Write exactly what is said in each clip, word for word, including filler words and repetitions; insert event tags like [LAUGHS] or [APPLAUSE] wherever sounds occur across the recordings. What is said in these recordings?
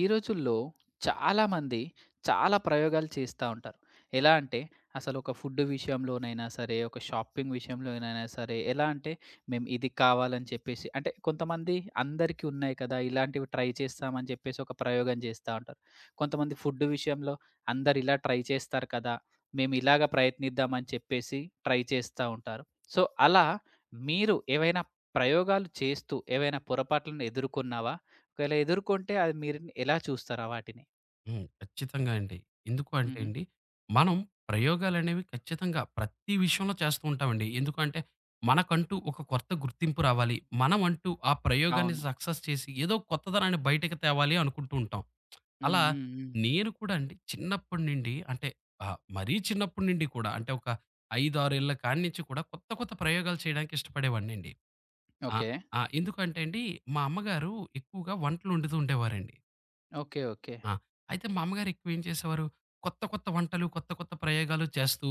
ఈ రోజుల్లో చాలామంది చాలా ప్రయోగాలు చేస్తా ఉంటారు. ఎలా అంటే అసలు ఒక ఫుడ్ విషయంలోనైనా సరే, ఒక షాపింగ్ విషయంలోనైనా సరే, ఎలా అంటే మేము ఇది కావాలని చెప్పేసి అంటే కొంతమంది అందరికీ ఉన్నాయి కదా! ఇలాంటివి ట్రై చేస్తామని చెప్పేసి ఒక ప్రయోగం చేస్తా ఉంటారు. కొంతమంది ఫుడ్ విషయంలో అందరు ఇలా ట్రై చేస్తారు కదా! మేము ఇలాగ ప్రయత్నిద్దాం అని చెప్పేసి ట్రై చేస్తా ఉంటారు. సో, అలా మీరు ఏవైనా ప్రయోగాలు చేస్తూ ఏవైనా పొరపాట్లను ఎదుర్కొన్నావా? ఒకవేళ ఎదుర్కొంటే అది మీరు ఎలా చూస్తారా వాటిని? హ్మ్. ఖచ్చితంగా అండి. ఎందుకు అంటే హుహు. అండి, మనం ప్రయోగాలనేవి ఖచ్చితంగా ప్రతి విషయంలో చేస్తూ ఉంటామండి. ఎందుకు అంటే, మనకంటూ ఒక కొత్త గుర్తింపు రావాలి. మనమంటూ ఆ ప్రయోగాన్ని అవును. సక్సెస్ చేసి ఏదో కొత్తదనాన్ని బయటకి తేవాలి అనుకుంటూ ఉంటాం. హ్మ్. అలా హ్మ్. హ్మ్. నేను కూడా అండి చిన్నప్పటి నుండి అంటే ఆహ్, మరీ చిన్నప్పటి నుండి కూడా అంటే ఒక ఐదు, ఆరు ఏళ్ల కాడ్నించి కూడా కొత్త కొత్త ప్రయోగాలు చేయడానికి ఇష్టపడేవాడినండి. ఆ! ఓకే. ఆ! ఎందుకంటే అండి, మా అమ్మగారు ఎక్కువగా వంటలు వండుతూ ఉండేవారండి. ఓకే. ఓకే. ఆ! అయితే మా అమ్మగారు ఎక్కువేం చేసేవారు, కొత్త కొత్త వంటలు, కొత్త కొత్త ప్రయోగాలు చేస్తూ,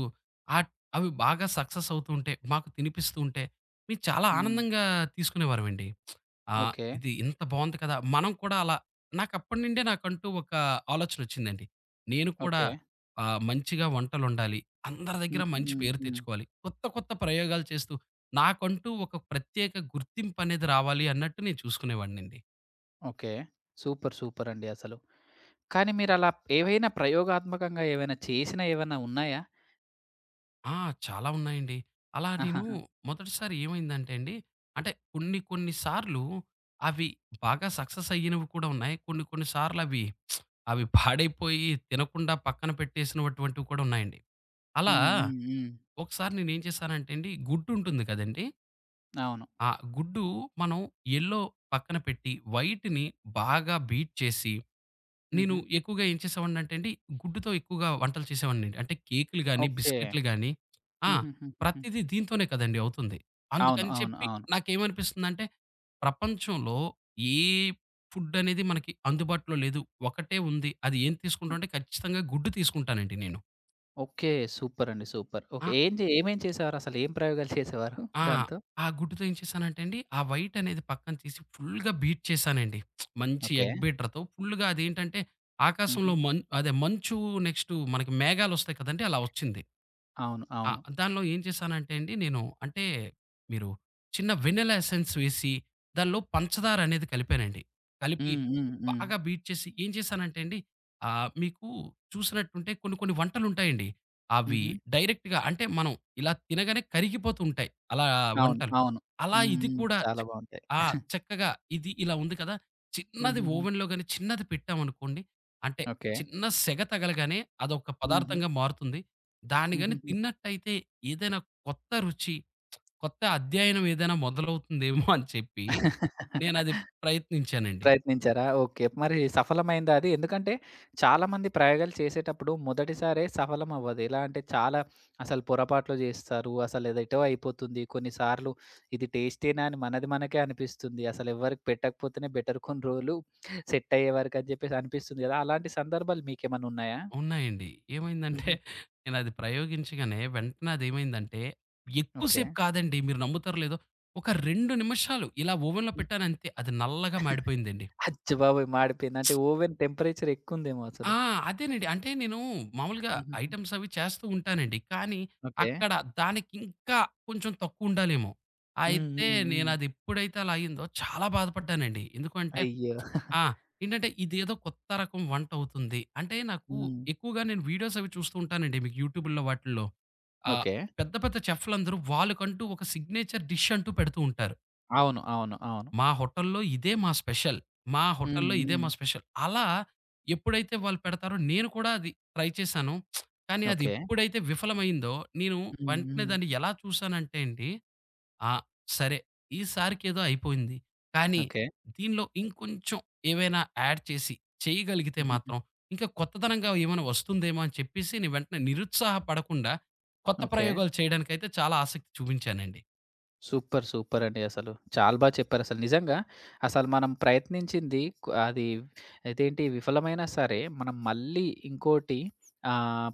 ఆట్ అవి బాగా సక్సెస్ అవుతూ ఉంటే, మాకు తినిపిస్తూ ఉంటే, మేము చాలా హ్మ్. ఆనందంగా తీసుకునేవారమండి. ఆ! ఓకే. ఇది ఇంత బావుంది కదా! మనం కూడా అలా నాకప్పటి నుండే నాకంటూ ఒక ఆలోచనొచ్చిందండి. నేను కూడా ఓకే. ఆహ్, మంచిగా వంటలొండాలి. అందరి హ్మ్. దగ్గర మంచి హ్మ్. పేరు హ్మ్. తెచ్చుకోవాలి. కొత్త కొత్త ప్రయోగాలు చేస్తూ, నాకంటూ ఒక ప్రత్యేక గుర్తింపనేది రావాలి అన్నట్టు నేను చూసుకునేవాడినండి. ఓకే. సూపర్. సూపర్ అండి అసలు. కానీ మీరలా ఏవైనా ప్రయోగాత్మకంగా ఏవైనా చేసినా ఏవన్నా ఉన్నాయా? ఆ! చాలా ఉన్నాయండి. అలా నేను ఆహాహా! మొదటిసారి ఏమైందంటే అండి, అంటే కొన్ని కొన్ని సార్లు అవి బాగా సక్సెస్ అయ్యినవి కూడా ఉన్నాయి. కొన్ని కొన్ని సార్లు అవి, అవి పాడైపోయి తినకుండా పక్కన పెట్టేసినటువంటివి కూడా ఉన్నాయండి. అలా హ్మ్. హ్మ్. హ్మ్. ఒకసారి నేనేం చేశానంటే అండి, గుడ్డు ఉంటుంది కదండీ! అవును. ఆ గుడ్డు మనం ఎల్లో పక్కన పెట్టి వైట్‌ని బాగా బీట్ చేసి నేను హుహు. ఎక్కువగా ఏం చేసేవాడినంటే అండి, గుడ్డుతో ఎక్కువగా వంటలు చేసేవాడినండి. అంటే కేకులు గాని, ఓకే. బిస్కెట్‌లు గాని. ఆ! హుహుహుహుహు. ప్రతీదీ దీంతోనే కదండీ అవుతుంది. అవును. అందుకని అవును. చెప్పి అవును. నాకేమనిపిస్తుందంటే, ప్రపంచంలో ఏ ఫుడ్ అనేది మనకి అందుబాటులో లేదు. ఒకటే ఉంది. అది ఏం తీసుకుంటాం అంటే ఖచ్చితంగా గుడ్డు తీసుకుంటానండి నేను. ఓకే. సూపర్ అండి. సూపర్. ఆ! ఓకే. ఏం జే ఏమేం చేసేవారసలు? ఏం ప్రయోగాలు చేసేవారు ఆ! దాంతో? ఆ గుడ్డుతో ఏం చేశానంటే అండి, ఆ వైట్ అనేది పక్కన తీసి ఫుల్‌గా బీట్ చేశానండి. మంచి ఓకే. ఎగ్ బీటర్‌తో ఫుల్‌గా అదేంటంటే హుహు. ఆకాశంలో మన్ అదే మంచు, నెక్స్ట్ మనకి మేఘాలొస్తాయి కదండీ! అలా వచ్చింది. అవును. ఆ! అవును. దానిలో ఏం చేశానంటే అండి నేను అంటే మీరు చిన్న వెనిల్లా ఎసెన్స్ వేసి దానిలో పంచదార అనేది కలిపానండి. కలిపి హ్మ్. హ్మ్. హ్మ్. బాగా బీట్ చేసి ఏం చేశానంటే అండి, ఆహ్, మీకు చూసినట్టుంటే కొన్ని కొన్ని వంటలుంటాయండి. అవి హుహు. డైరెక్ట్‌గా అంటే మనం ఇలా తినగానే కరిగిపోతూ ఉంటాయి. అలా అవును. వంటలు. అవును. అలా హ్మ్. ఇది హ్మ్. కూడా చాలా చక్ బావుంటాయి. ఆ! చక్కగా ఇది ఇలా ఉంది కదా! చిన్నది హుహుహు. ఓవెన్‌లో గాని చిన్నది పెట్టామనుకోండి, అంటే ఓకే. చిన్న సెగ తగలగానే అదొక హుహు. పదార్థంగా మారుతుంది. దాన్ని గాని హుహుహు. తిన్నట్టయితే ఏదైనా కొత్త రుచి, కొత్త అధ్యయనం ఏదైనా మొదలవుతుందేమో అని చెప్పి నేనది [LAUGHS] ప్రయత్నించానండి. ప్రయత్నించారా? ఓకే. మరి సఫలమైందా అది? ఎందుకంటే చాలామంది ప్రయోగాలు చేసేటప్పుడు మొదటిసారే సఫలం అవ్వదు. ఎలా అంటే చాలా అసలు పొరపాట్లు జేస్తారు. అసలేదో ఎటో అయిపోతుంది. కొన్నిసార్లు ఇది టేస్టీనా అని మనది మనకే అనిపిస్తుంది. అసలెవ్వరికి పెట్టకపోతేనే బెటర్ కొన్ని రోజులు సెట్ అయ్యేవరకని జెప్పేసి అనిపిస్తుంది గదా! అలాంటి సందర్భాలు మీకేమన్నున్నాయా? ఉన్నాయండి. హుహు. ఏమైందంటే నేనది ప్రయోగించగానే వెంటనే అదేమైందంటే ఎక్కువ ఓకే. సేపు కాదండి మీరు నమ్ముతారో లేదో ఒక రెండు నిమిషాలు ఇలా ఓవెన్‌లో హ్మ్. పెట్టానంతే అది నల్లగా మాడిపోయిందండి. అచ్చ బాబోయ్! మాడిపోయింది. అంటే ఓవెన్ టెంపరేచర్ ఎక్కువుందేమో అసలు. ఆ! అదేనండి. అంటే నేను మామూలుగా హుహుహు. ఐటెమ్స్ అవి చేస్తూ ఉంటానండి. కానీ ఓకే. అక్కడ దానికింకా కొంచెం తక్కువుండాలేమో! హ్మ్. అయితే హ్మ్. హ్మ్. నేనది ఎప్పుడైతే అలా అయిందో చాలా బాధపడ్డానండి. ఎందుకంటే అయ్యో! ఆ! ఏంటంటే ఇదేదో కొత్త రకం వంటవుతుంది. అంటే నాకు హ్మ్. ఎక్కువగా నేను వీడియోస్ అవి చూస్తూ ఉంటానండి. మీకు యూట్యూబుల్లో వాటిల్లో. ఆహ్, ఓకే. పెద్ద పెద్ద చెఫ్‌లందరూ వాళ్ళకంటూ ఒక సిగ్నేచర్ డిష్ అంటూ పెడుతూ ఉంటారు. అవును. అవును. అవును. మా హోటల్లో ఇదే మా స్పెషల్. మా హ్మ్. హోటల్లో ఇదే హ్మ్. మా స్పెషల్. అలా ఎప్పుడైతే వాళ్ళు పెడతారో నేను కూడా అది ట్రై చేశాను. కానీ అది ఓకే. ఎప్పుడైతే విఫలమైందో, నేను హ్మ్. వెంటనే హ్మ్. దాన్ని ఎలా చూసానంటే అండి, ఆ! సరే ఈసారికేదో అయిపోయింది. కానీ ఓకే. దీనిలో ఇంకొంచెం ఏవైనా యాడ్ చేసి చేయగలిగితే హుహుహు. మాత్రం, ఇంకా కొత్తదనంగా ఏమైనా వస్తుందేమో అని చెప్పేసి నేను వెంటనే నిరుత్సాహపడకుండా కొత్త ఓకే. ప్రయోగాలు చేయడానికైతే చాలా ఆసక్తి చూపించానండి. సూపర్. సూపర్ అండి అసలు. చాలా బా చెప్పారసలు. నిజంగా అసలు మనం ప్రయత్నించింది కు అది ఇదేంటి విఫలమైనా సరే, మనం మళ్ళీ ఇంకోటి ఆహ్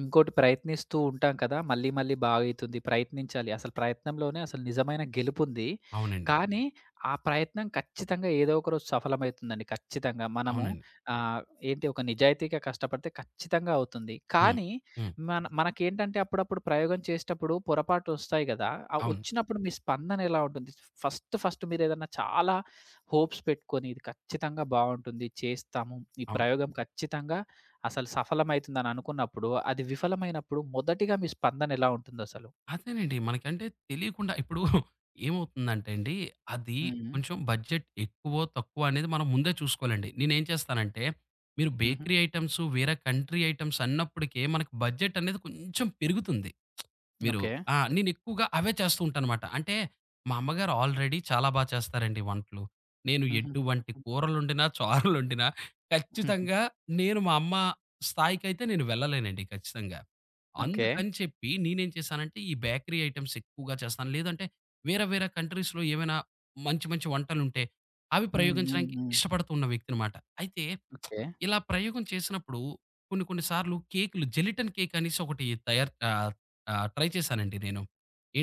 ఇంకోటి ప్రయత్నిస్తూ ఉంటాం కదా! మళ్ళీ మళ్ళీ బాగయితుంది. ప్రయత్నించాలి. అసలు ప్రయత్నంలోనే అసలు నిజమైన గెలుపుంది. హ్మ్. అవునండి. కానీ ఆ ప్రయత్నం ఖచ్చితంగా ఏదో ఒక రోజు సఫలమైతుందండి. ఖచ్చితంగా. మనము అవునండి. ఆహ్, ఏంటి ఒక నిజాయితీగా కష్టపడితే ఖచ్చితంగా అవుతుంది. హ్మ్. కానీ హ్మ్. మన మనకేంటంటే అప్పుడప్పుడు ప్రయోగం చేసేటప్పుడు పొరపాటొస్తాయి గదా! ఆ అవును. వచ్చినప్పుడు మీ స్పందన ఎలా ఉంటుంది? ఫస్ట్ ఫస్ట్ మీరేదన్నా చాలా హోప్స్ పెట్టుకొని ఇది ఖచ్చితంగా బావుంటుంది. చేస్తాము. ఈ అవును. ప్రయోగం ఖచ్చితంగా అసలు సఫలమైతుందని అనుకున్నప్పుడు, అది విఫలమైనప్పుడు మొదటిగా మీ స్పందనెలా ఉంటుందసలు? అదేనండి. మనకంటే తెలియకుండా ఇప్పుడు ఏమవుతుందంటే అండి, అది హ్మ్. కొంచెం బడ్జెట్ ఎక్కువో, తక్కువ అనేది మనం ముందే చూసుకోవాలండి. నేనేం చేస్తానంటే, మీరు హుహు. బేకరీ ఐటెమ్స్, వేరే కంట్రీ ఐటెమ్స్ అన్నప్పటికే మనకు బడ్జెట్ అనేది కొంచెం పెరుగుతుంది. మీరు ఓకే. ఆ! నేనెక్కువగా అవే చేస్తూ ఉంటానమాట. అంటే మా అమ్మగారు ఆల్రెడీ చాలా బా చేస్తారండి వంటలు. నేను హుహు. ఎటువంటి కూరలొండినా, చారులొండినా [LAUGHS] హుహు. ఖచ్చితంగా నేను మా అమ్మ స్థాయికైతే నేను వెళ్ళలేనండి ఖచ్చితంగా. ఓకే. అందుకని చెప్పి నేనేం చేశానంటే ఈ బేకరీ ఐటెమ్స్ ఎక్కువగా చేస్తాను. లేదంటే వేరే వేరే కంట్రీస్‌లో ఏమైనా మంచి మంచి వంటలుంటే అవి హ్మ్. హ్మ్. ప్రయోగించడానికి హ్మ్. ఇష్టపడుతున్న వ్యక్తినమాట. అయితే ఓకే. ఇలా ప్రయోగం చేసినప్పుడు కొన్ని కొన్ని సార్లు కేకులు జెలిటన్ కేక్ అనేసి ఒకటి తయారు ఆహ్, ఆహ్, ట్రై చేశానండి నేను.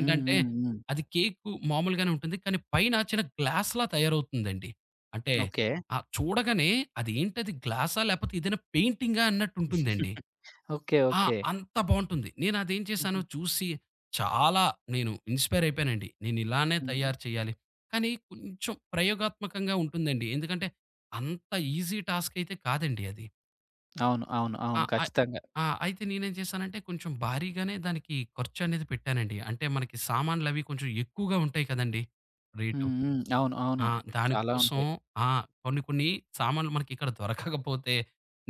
హ్మ్. హ్మ్. హ్మ్. అది కేకు మామూలుగానే ఉంటుంది. కానీ పైన చిన్న గ్లాస్‌లా తయారవుతుందండి. అంటే ఓకే. ఆహ్, చూడగానే అదేంటది గ్లాసా? లేపోతే ఏదైనా పెయింటింగా అన్నట్టు ఉంటుందండి. [LAUGHS] ఓకే. ఆ! ఓకే. అంత బావుంటుంది. నేను అదేం హుహు. చేశాను చూసి చాలా నేను ఇన్‌స్పైర్ అయిపోయానండి. నేను ఇలానే హ్మ్. తయారు చేయాలి. కానీ కొంచెం ప్రయోగాత్మకంగా ఉంటుందండి. ఎందుకంటే అంత ఈజీ టాస్క్ అయితే కాదండి అది. అవును. అవును. ఆ! అవును. అయ్ ఖచ్చితంగా. ఆ! అయితే నేనేం చేశానంటే కొంచెం భారీగానే దానికి ఖర్చనేది పెట్టానండి. అంటే మనకి సామాన్లవి కొంచెం ఎక్కువగా ఉంటాయి కదండీ! హ్మ్. రేటు. హ్మ్. అవును. అవును. ఆ! చాలా దానికోసం ఉంటాయి. ఆ! కొన్ని కొన్ని సామాన్లు మనకిక్కడ దొరకకపోతే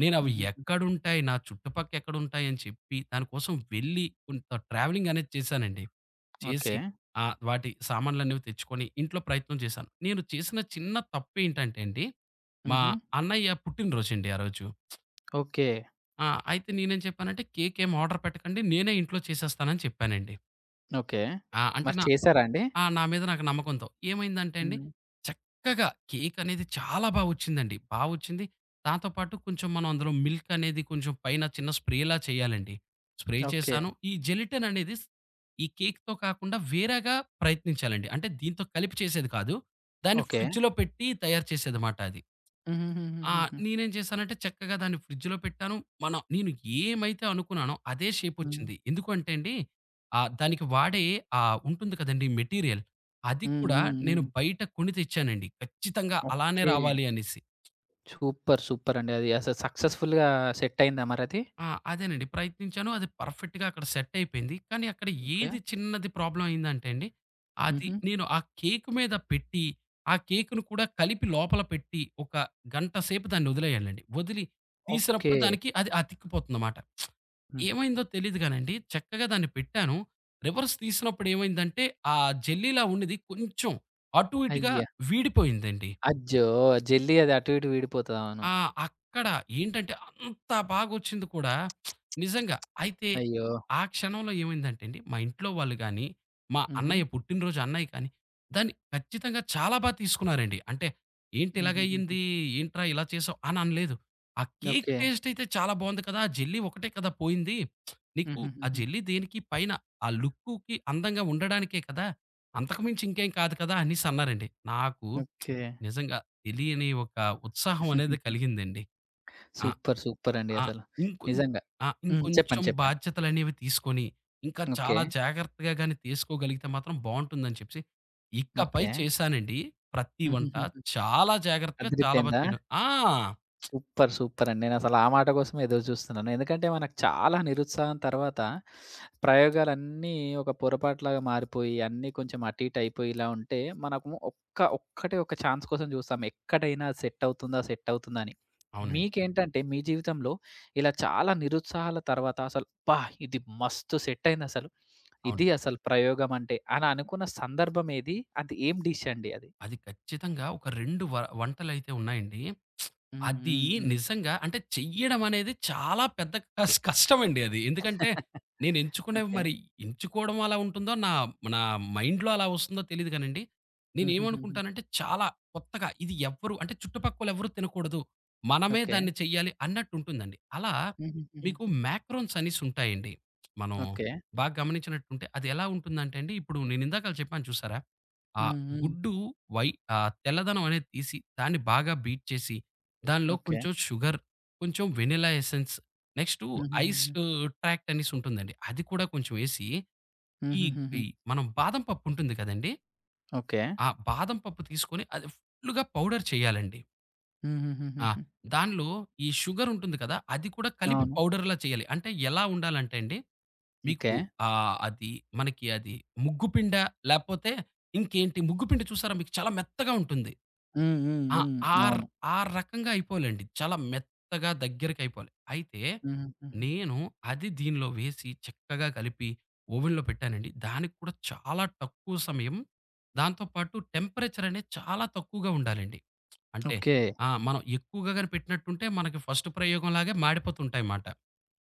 నేనవి హుహుహు. ఎక్కడుంటాయి? నా చుట్టుపక్కెక్కడుంటాయి? అని చెప్పి దాని కోసం వెళ్ళి కొంత ట్రావెలింగ్ అనేది చేశానండి. ఓకే. చేసి ఆ! వాటి సామాన్లనేవి తెచ్చుకొని ఇంట్లో ప్రయత్నం చేశాను. నేను చేసిన చిన్న తప్పేంటంటే అండి, మా హుహు. అన్నయ్య పుట్టినరోజండి ఆ రోజు. ఓకే. ఆ! అయితే నేనేం చెప్పానంటే, "కేక్ ఏం ఆర్డర్ పెట్టకండి. నేనే ఇంట్లో చేసేస్తానని" చెప్పానండి. ఓకే. ఆ! అంటే మరి నా చేసారా అండి? ఆ! నా మీద నాకు నమ్మకంతో. ఏమైందంటే అండి, హ్మ్. చక్కగా కేక్ అనేది చాలా బా వచ్చిందండి. బా వచ్చింది. దాంతో పాటు కొంచెం మనం అందులో మిల్క్ అనేది కొంచెం పైన చిన్న స్ప్రేలా చేయాలండి. Spray okay. చేశాను. ఈ జెలటిన్ అనేది స్ ఈ కేక్‌తో కాకుండా వేరేగా ప్రయత్నించాలండి. అంటే దీంతో కలిపి చేసేది కాదు. దాన్ని ఓకే. ఫ్రిడ్జ్‌లో పెట్టి తయారు చేసేదమాట అది. ఆ! హుహుహుహుహుహు. నేనేం చేశానంటే చక్కగా దాన్ని ఫ్రిడ్జ్‌లో పెట్టాను. మనం నేను ఏమైతే అనుకున్నానో అదే హ్మ్. షేపొచ్చింది. ఎందుకంటే అండి, ఆహ్, దానికి వాడే ఆహ్, ఉంటుంది కదండీ మెటీరియల్. అది హ్మ్. కూడా హ్మ్. నేను హ్మ్. బయట కొని తెచ్చానండి. ఖచ్చితంగా అలానే ఓకే. రావాలి అనేసి. సూపర్. సూపరండి. అది అసలు సక్సెస్‌ఫుల్‌గా సెట్ అయిందా మరది? ఆ! అదేనండి ప్రయత్నించాను. అది పర్ఫెక్ట్‌గా అక్కడ సెట్ అయిపోయింది. కానీ అక్కడ ఓకే. ఏది చిన్నది ప్రాబ్లమ్ అయిందంటే అండి, అది హుహు. నేను ఆ కేక్ మీద పెట్టి, ఆ కేక్‌ను కూడా కలిపి లోపల పెట్టి, ఒక గంట సేపు దాన్ని వదిలేయాలండి. వదిలి ఓకే. తీసినప్పుడు దానికి అది అతికిపోతుందమాట. హ్మ్. ఏమైందో తెలీదు గానండి. చక్కగా దాన్ని పెట్టాను. రివర్స్ తీసినప్పుడు ఏమైందంటే, ఆ జెల్లీలా ఉన్నది కొంచెం అటు ఇటుగా అయ్యా! వీడిపోయిందండి. అజ్జో! జెల్లీ అది అటు ఇటు విడిపోతది. అవును. ఆ! అక్కడ ఏంటంటే అంత బాగొచ్చింది కూడా నిజంగా. అయితే అయ్యో! ఆ క్షణంలో ఏమైందంటే అండి, మా ఇంట్లో వాళ్ళు గాని, మా హుహు. అన్నయ్య పుట్టినరోజు అన్నయ్య కానీ, దాన్ని ఖచ్చితంగా చాలా బా తీసుకున్నారండి. అంటే "ఏంటి హుహుహుహు. ఇలాగయ్యింది? ఏంట్రా ఇలా చేసావు?" అని అనలేదు. ఆ కేక్ ఓకే. టేస్ట్ అయితే చాలా బావుంది కదా! ఆ జెల్లీ ఒకటే కదా పోయింది. నీకు ఆ హుహుహుహు. జెల్లీ దేనికి పైన ఆ లుక్కుకి అందంగా ఉండడానికే కదా! అంతకు మించి ఇంకేం కాదు కదా! అనేసి అన్నారండి. నాకు ఓకే. నిజంగా తెలియని ఒక ఉత్సాహం అనేది కలిగిందండి. ఆ! సూపర్. సూపరండి ఆ! అసలు. ఇంకొం నిజంగా. ఆ! హ్మ్. చెప్పండి. ఇంకొంచెం చెప్పండి. బాధ్యతలనేవి తీసుకొని, ఇంకా ఓకే. చాలా జాగ్రత్తగా గాని తీసుకోగలిగితే మాత్రం బావుంటుందని చెప్పేసి, ఇకపై ఓకే. చేశానండి. ప్రతి వంట హుహుహుహు. చాలా జాగ్రత్తగా, చాలా బా అదిరిపోయిందా? చేయడం. ఆ! సూపర్. సూపరండి. నేనసలు ఆ మాట కోసమే ఎదురు చూస్తున్నాను. ఎందుకంటే మనకు చాలా నిరుత్సాహం తర్వాత ప్రయోగాలన్నీ ఒక పొరపాటులాగా మారిపోయి, అన్నీ కొంచెం అటు ఇటు అయిపోయి ఇలా ఉంటే, మనకు ఒక్క ఒక్కటే ఒక ఛాన్స్ కోసం చూస్తాం. ఎక్కడైనా సెట్ అవుతుందా? సెట్ అవుతుందా? అని. అవునండి. మీకేంటంటే మీ జీవితంలో ఇలా చాలా నిరుత్సాహాల తర్వాత అసలు అబ్బా! ఇది మస్తు సెట్ అయిందసలు. అవును. ఇది అసలు ప్రయోగం అంటే అని అనుకున్న సందర్భం ఏది? అది ఏం డిష్ అండి అది? అది ఖచ్చితంగా ఒక రెండవ వ వంటలైతే ఉన్నాయండి హ్మ్. అది హ్మ్. హ్మ్. నిజంగా అంటే చెయ్యడం అనేది చాలా పెద్ద కస్ కష్టమండి అది. ఎందుకంటే, [LAUGHS] నేను ఎంచుకునేవి ఓకే. మరి ఎంచుకోవడం అలా ఉంటుందో, నా నా మైండ్‌లో అలా వస్తుందో తెలీదు గానండి. హుహుహుహు. నేనేమనుకుంటానంటే చాలా కొత్తగా ఇది ఎవ్వరు అంటే చుట్టుపక్కలెవరు తినకూడదు. మనమే ఓకే. దాన్ని చెయ్యాలి అన్నట్టుంటుందండి. అలా హుహుహుహు. మీకు మాక్రోన్స్ అనేసి ఉంటాయండి. మనం ఓకే. బాగా గమనించినట్టుంటే అది ఎలా ఉంటుందంటే అండి, ఇప్పుడు నేను ఇందాకల చెప్పాను చూసారా? ఆ హ్మ్. హ్మ్. గుడ్డు వై ఆహ్, తెల్లదనం అనేది తీసి దాన్ని బాగా బీట్ చేసి దానిలో ఓకే. కొంచెం షుగర్, కొంచెం వెనిల్లా ఎసెన్స్, నెక్స్టు ఐస్ హుహుహుహు. ట్రాక్ట్ అనేసి ఉంటుందండి. అది కూడా కొంచెం ఎసి, ఈ హుహుహుహు. ఈ మనం బాదం పప్పు ఉంటుంది కదండీ! ఓకే. ఆ బాదం పప్పు తీసుకొని అది ఫుల్లుగా పౌడర్ చేయాలండి. ఆ! హుహుహుహుహు. దానిలో ఈ షుగర్ ఉంటుంది కదా! అది కూడా కలిపి అవును. పౌడర్‌లా చేయాలి. అంటే ఎలా ఉండాలంటే అండి, మీకు ఓకే. ఆహ్, అది మనకి అది ముగ్గుపిండ లేపోతే ఇంకేంటి ముగ్గుపిండి చూసారా మీకు చాలా మెత్తగా ఉంటుంది. హ్మ్. హ్మ్. ఆ! హ్మ్. ఆర్ అవును. ఆ రకంగా అయిపోవాలండి. చాలా మెత్తగా దగ్గరకయిపోవాలి. అయితే హుహుహుహు. నేను అది దీనిలో వేసి చక్కగా కలిపి ఓవెన్‌లో పెట్టానండి. దానికి కూడా చాలా తక్కువ సమయం, దాంతో పాటు టెంపరేచర్ అనేది చాలా తక్కువగా ఉండాలండి. అంటే ఓకే. ఆ! మనం ఎక్కువగా గాని పెట్టినట్టుంటే మనకి ఫస్ట్ ప్రయోగం లాగే మాడిపోతుంటాయిమాట.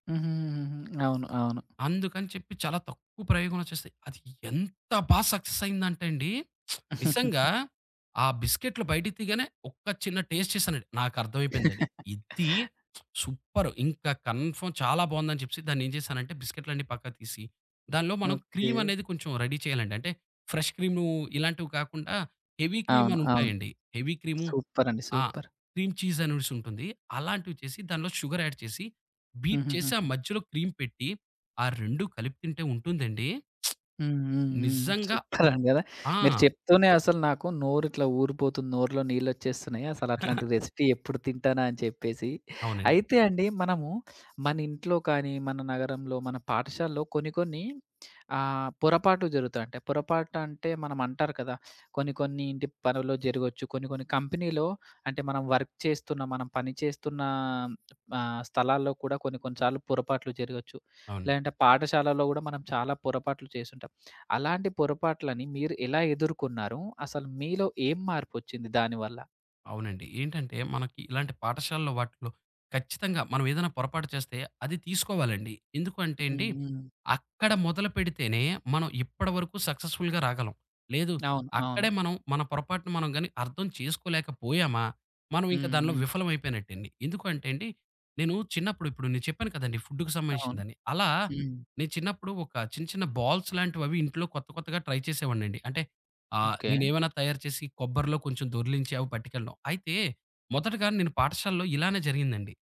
హుహుహుహుహు. అవును. అవును. అందుకని చెప్పి చాలా తక్కువ ప్రయోగంలోచ్చేస్తాయి. అది ఎంత బా సక్సెస్ అయిందంటే అండి, నిజంగా [LAUGHS] ఆ బిస్కెట్లు బయటికి తీయగానే ఒక్క చిన్న టేస్ట్ చేశానండి. నాకర్థమైపోయిందండి. ఇది సూపర్ ఇంకా కన్ఫర్మ్ చాలా బావుందని చెప్పేసి దాన్నేం చేశానంటే బిస్కెట్లన్నీ పక్కకు తీసి, దానిలో మనం ఓకే. క్రీమ్ అనేది కొంచెం రెడీ చేయాలండి. అంటే ఫ్రెష్ క్రీము ఇలాంటివి కాకుండా హెవీ క్రీమ్ అవును. అని అవును. ఉంటాయండి. హెవీ క్రీము సూపరండి. ఆ! సూపర్. క్రీమ్ చీజ్ అనేసి ఉంటుంది. అలాంటివి చేసి దానిలో షుగర్ యాడ్ చేసి, బీట్ చేసి ఆ హుహుహుహు. మధ్యలో క్రీమ్ పెట్టి, ఆ రెండు కలిపి తింటే ఉంటుందండి. హ్మ్. హ్మ్. హ్మ్. నిజంగా. సూపరండి గదా! ఆ! మీరు చెప్తూనే అసలు నాకు నోరిట్లా ఊరిపోతుంది. నోరులో నీళ్ళొచ్చేస్తున్నాయి. అసలు అట్లాంటి [LAUGHS] రెసిపీ ఎప్పుడు తింటానా అని చెప్పేసి. అవునండి. అయితే అండి మనము మన ఇంట్లో కానీ, మన నగరంలో, మన పాఠశాలలో కొన్ని కొన్ని ఆహ్, పొరపాట్లు జరుగుతాయి. అంటే పొరపాటు అంటే మనం అంటారు కదా! కొన్ని కొన్ని ఇంటి పనుల్లో జరగొచ్చు. కొన్ని కొన్ని కంపెనీలో అంటే మనం వర్క్ చేస్తున్న, మనం పని చేస్తున్న ఆహ్, స్థలాల్లో కూడా కొన్ని కొన్ని సార్లు పొరపాట్లు జరగొచ్చు. అవును. లేదంటే పాఠశాలలో గూడా మనం చాలా పొరపాట్లు చేసుంటాం. అలాంటి పొరపాట్లని మీరు ఎలా ఎదుర్కొన్నారు? అసలు మీలో ఏం మార్పొచ్చింది దానివల్ల? అవునండి. ఏంటంటే మనకి ఇలాంటి పాఠశాలలో వాటిలో ఖచ్చితంగా మనం ఏదైనా పొరపాటు చేస్తే అది తీసుకోవాలండి. ఎందుకు అంటే హ్మ్. అండి, హ్మ్. అక్కడ మొదలుపెడితేనే మనం ఇప్పటివరకు సక్సెస్‌ఫుల్‌గా రాగలం. లేదు, అవును. అవును. అక్కడే మనం మన పొరపాటును మనం గాని అర్థం చేసుకోలేకపోయామా, మనం ఇంకా హ్మ్. దానిలో హ్మ్. విఫలం అయిపోయినట్టండి. ఎందుకు అంటే అండి, నేను చిన్నప్పుడు ఇప్పుడు నేను చెప్పాను కదండీ ఫుడ్‌కి అవును. సంబంధించిందని. అలా హ్మ్. నేను చిన్నప్పుడు ఒక చిన్న చిన్న బాల్స్ లాంటివి అవి ఇంట్లో కొత్త కొత్తగా ట్రై చేసేవాడినండి. అంటే ఆహ్, ఓకే. నేనేమైనా తయారు చేసి కొబ్బరిలో కొంచెం దొర్లించి అవి పట్టుకెళ్ళడం. అయితే మొదటగా నేను పాఠశాలలో ఇలానే జరిగిందండి.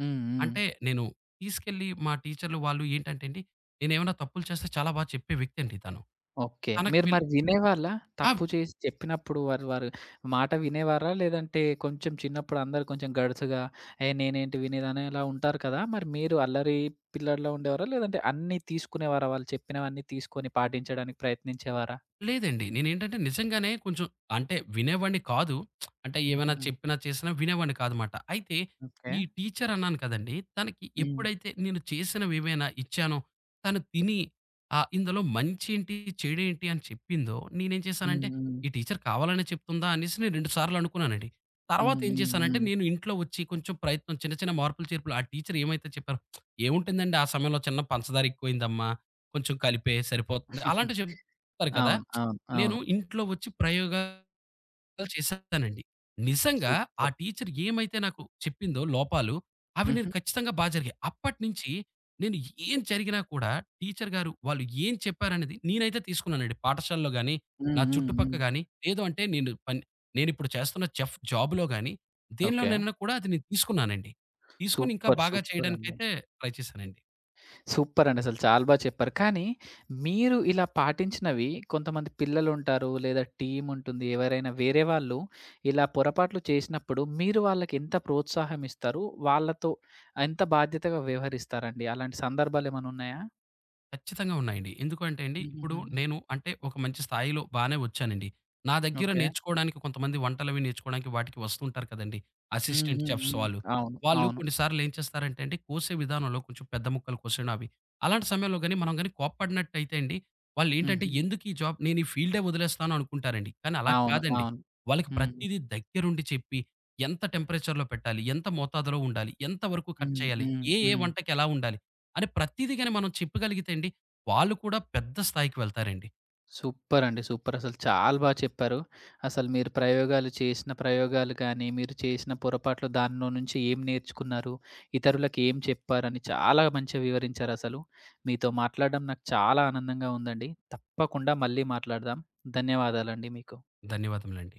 హ్మ్. హ్మ్. అంటే నేను తీసుకెళ్ళి మా టీచర్‌లు వాళ్ళు ఏంటంటే అండి, నేనేమైనా తప్పులు చేస్తే చాలా బాగా చెప్పే వ్యక్తి అండి తను. ఓకే. తనకి మీరు వీల్ మరి వినేవాళ్ళా? ఆ! తప్పు చేసి చెప్పినప్పుడు వారు వారు మాట వినేవారా? లేదంటే కొంచెం చిన్నప్పుడు అందరూ కొంచెం గడుసుగా "ఏయ్! నేనేంటి వినేదని" అలా ఉంటారు కదా! మరి మీరు అల్లరి పిల్లోడిలా ఉండేవారా? లేదంటే అన్నీ తీసుకునేవారా? వాళ్ళు చెప్పినవన్నీ తీసుకొని పాటించడానికి ప్రయత్నించేవారా? లేదండి. నేనేంటంటే నిజంగానే కొంచెం అంటే వినేవాడిని కాదు. అంటే ఏమైనా హుహుహు. చెప్పినా, చేసినా వినేవాడిని కాదమాట. అయితే ఓకే. ఈ టీచర్ అన్నాను కదండీ! తనకి హ్మ్. ఎప్పుడైతే నేను చేసినవేవైనా ఇచ్చానో, తను తిని ఆహ్, ఇందులో మంచేంటి, చెడేంటి అని చెప్పిందో, నేనేం హ్మ్. చేశానంటే హ్మ్. ఈ టీచర్ కావాలనే చెప్తుందా అనేసి నేను రెండు సార్లు అనుకున్నానండి. తర్వాత హ్మ్. ఏం హ్మ్. చేశానంటే హ్మ్. నేను ఇంట్లో వచ్చి కొంచెం ప్రయత్నం చిన్న, చిన్న మార్పులు, చేర్పులు ఆ టీచర్ ఏమైతే చెప్పారో ఏముంటుందండి ఆ సమయంలో చిన్న పంచదార ఎక్కువైందమ్మా, కొంచెం కలిపేయి సరిపోతుంది అలాంటివి చెప్ చెప్తారు కదా! అవును. అవును. నేను అవును. ఇంట్లో వచ్చి ప్రయోగాలు చేశానండి. నిజంగా ఆ సూపర్. టీచర్ ఏమైతే నాకు చెప్పిందో లోపాలు, అవి నేను హుహు. ఖచ్చితంగా బా జరిగాయి. అప్పటినుంచి నేను ఏం జరిగినా కూడా టీచర్ గారు వాళ్ళు ఏం చెప్పారనేది నేనైతే తీసుకున్నానండి. పాఠశాలలో గాని, హ్మ్. నా హ్మ్. చుట్టుపక్క హ్మ్. గాని, లేదు అంటే నేను పన్ నేనిప్పుడు చేస్తున్న చెఫ్ జాబ్‌లో గాని, ఓకే. దేనిలోనైనా కూడా అది నేను తీసుకున్నానండి. తీసుకొని ఇంకా సూపర్. బాగా సూపర్ అండి. చేయడానికైతే ట్రై చేశానండి. సూపర్ అండి. అసలు చాలా బా చెప్పారు. కానీ మీరు ఇలా పాటించినవి కొంతమంది పిల్లలుంటారు, లేదా టీమ్ ఉంటుంది. ఎవరైనా వేరే వాళ్ళు ఇలా పొరపాట్లు చేసినప్పుడు మీరు వాళ్ళకి ఎంత ప్రోత్సాహం ఇస్తారు? వాళ్ళతో ఎంత బాధ్యతగా వ్యవహరిస్తారండి? అలాంటి సందర్భాలు ఏమైనా ఉన్నాయా? ఖచ్చితంగా ఉన్నాయండి. ఎందుకు అంటే అండి, ఇప్పుడు హుహుహుహు. నేను అంటే ఒక మంచి స్థాయిలో బానే వచ్చానండి. నా దగ్గర ఓకే. నేర్చుకోవడానికి కొంతమంది వంటలవి నేర్చుకోవడానికి వాటికి వస్తుంటారు కదండీ! హ్మ్. అసిస్టెంట్ హ్మ్. చెఫ్స్ హ్మ్. వాళ్ళు. అవును. వాళ్ళు అవును. కొన్ని సార్లు ఏం చేస్తారంటే అండి, కోసే విధానంలో కొంచెం పెద్ద ముక్కలు కోసేయడం అవి. అలాంటి సమయంలో గాని మనం గాని కోప్పడినట్టయితే అండి, వాళ్ళేంటంటే హుహు. ఎందుకు ఈ జాబ్ నేను ఈ ఫీల్డే వదిలేస్తాను అనుకుంటారండి. కానీ అలా అవును. కాదండి. అవును. వాళ్ళకి హ్మ్. ప్రతీదీ దగ్గరుండి చెప్పి, ఎంత టెంపరేచర్‌లో పెట్టాలి? ఎంత మోతాదులో ఉండాలి? ఎంత వరకు కట్ హ్మ్. చేయాలి? హ్మ్. ఏ ఏ హ్మ్. వంటకి ఎలా ఉండాలి? అని ప్రతీదీ గాని మనం చెప్పగలిగితే అండి, వాళ్ళు కూడా పెద్ద స్థాయికి వెళ్తారండి. సూపరండి. సూపర్. అసలు చాలా బా చెప్పారు. అసలు మీరు ప్రయోగాలు చేసిన ప్రయోగాలు గానీ, మీరు చేసిన పొరపాట్లు దానిలో నుంచి ఏం నేర్చుకున్నారు, ఇతరులకు ఏం చెప్పారని చాలా మంచిగా వివరించారసలు. మీతో మాట్లాడడం నాకు చాలా ఆనందంగా ఉందండి. తప్పకుండా మళ్ళీ మాట్లాడదాం. ధన్యవాదాలండి మీకు. ధన్యవాదములండి.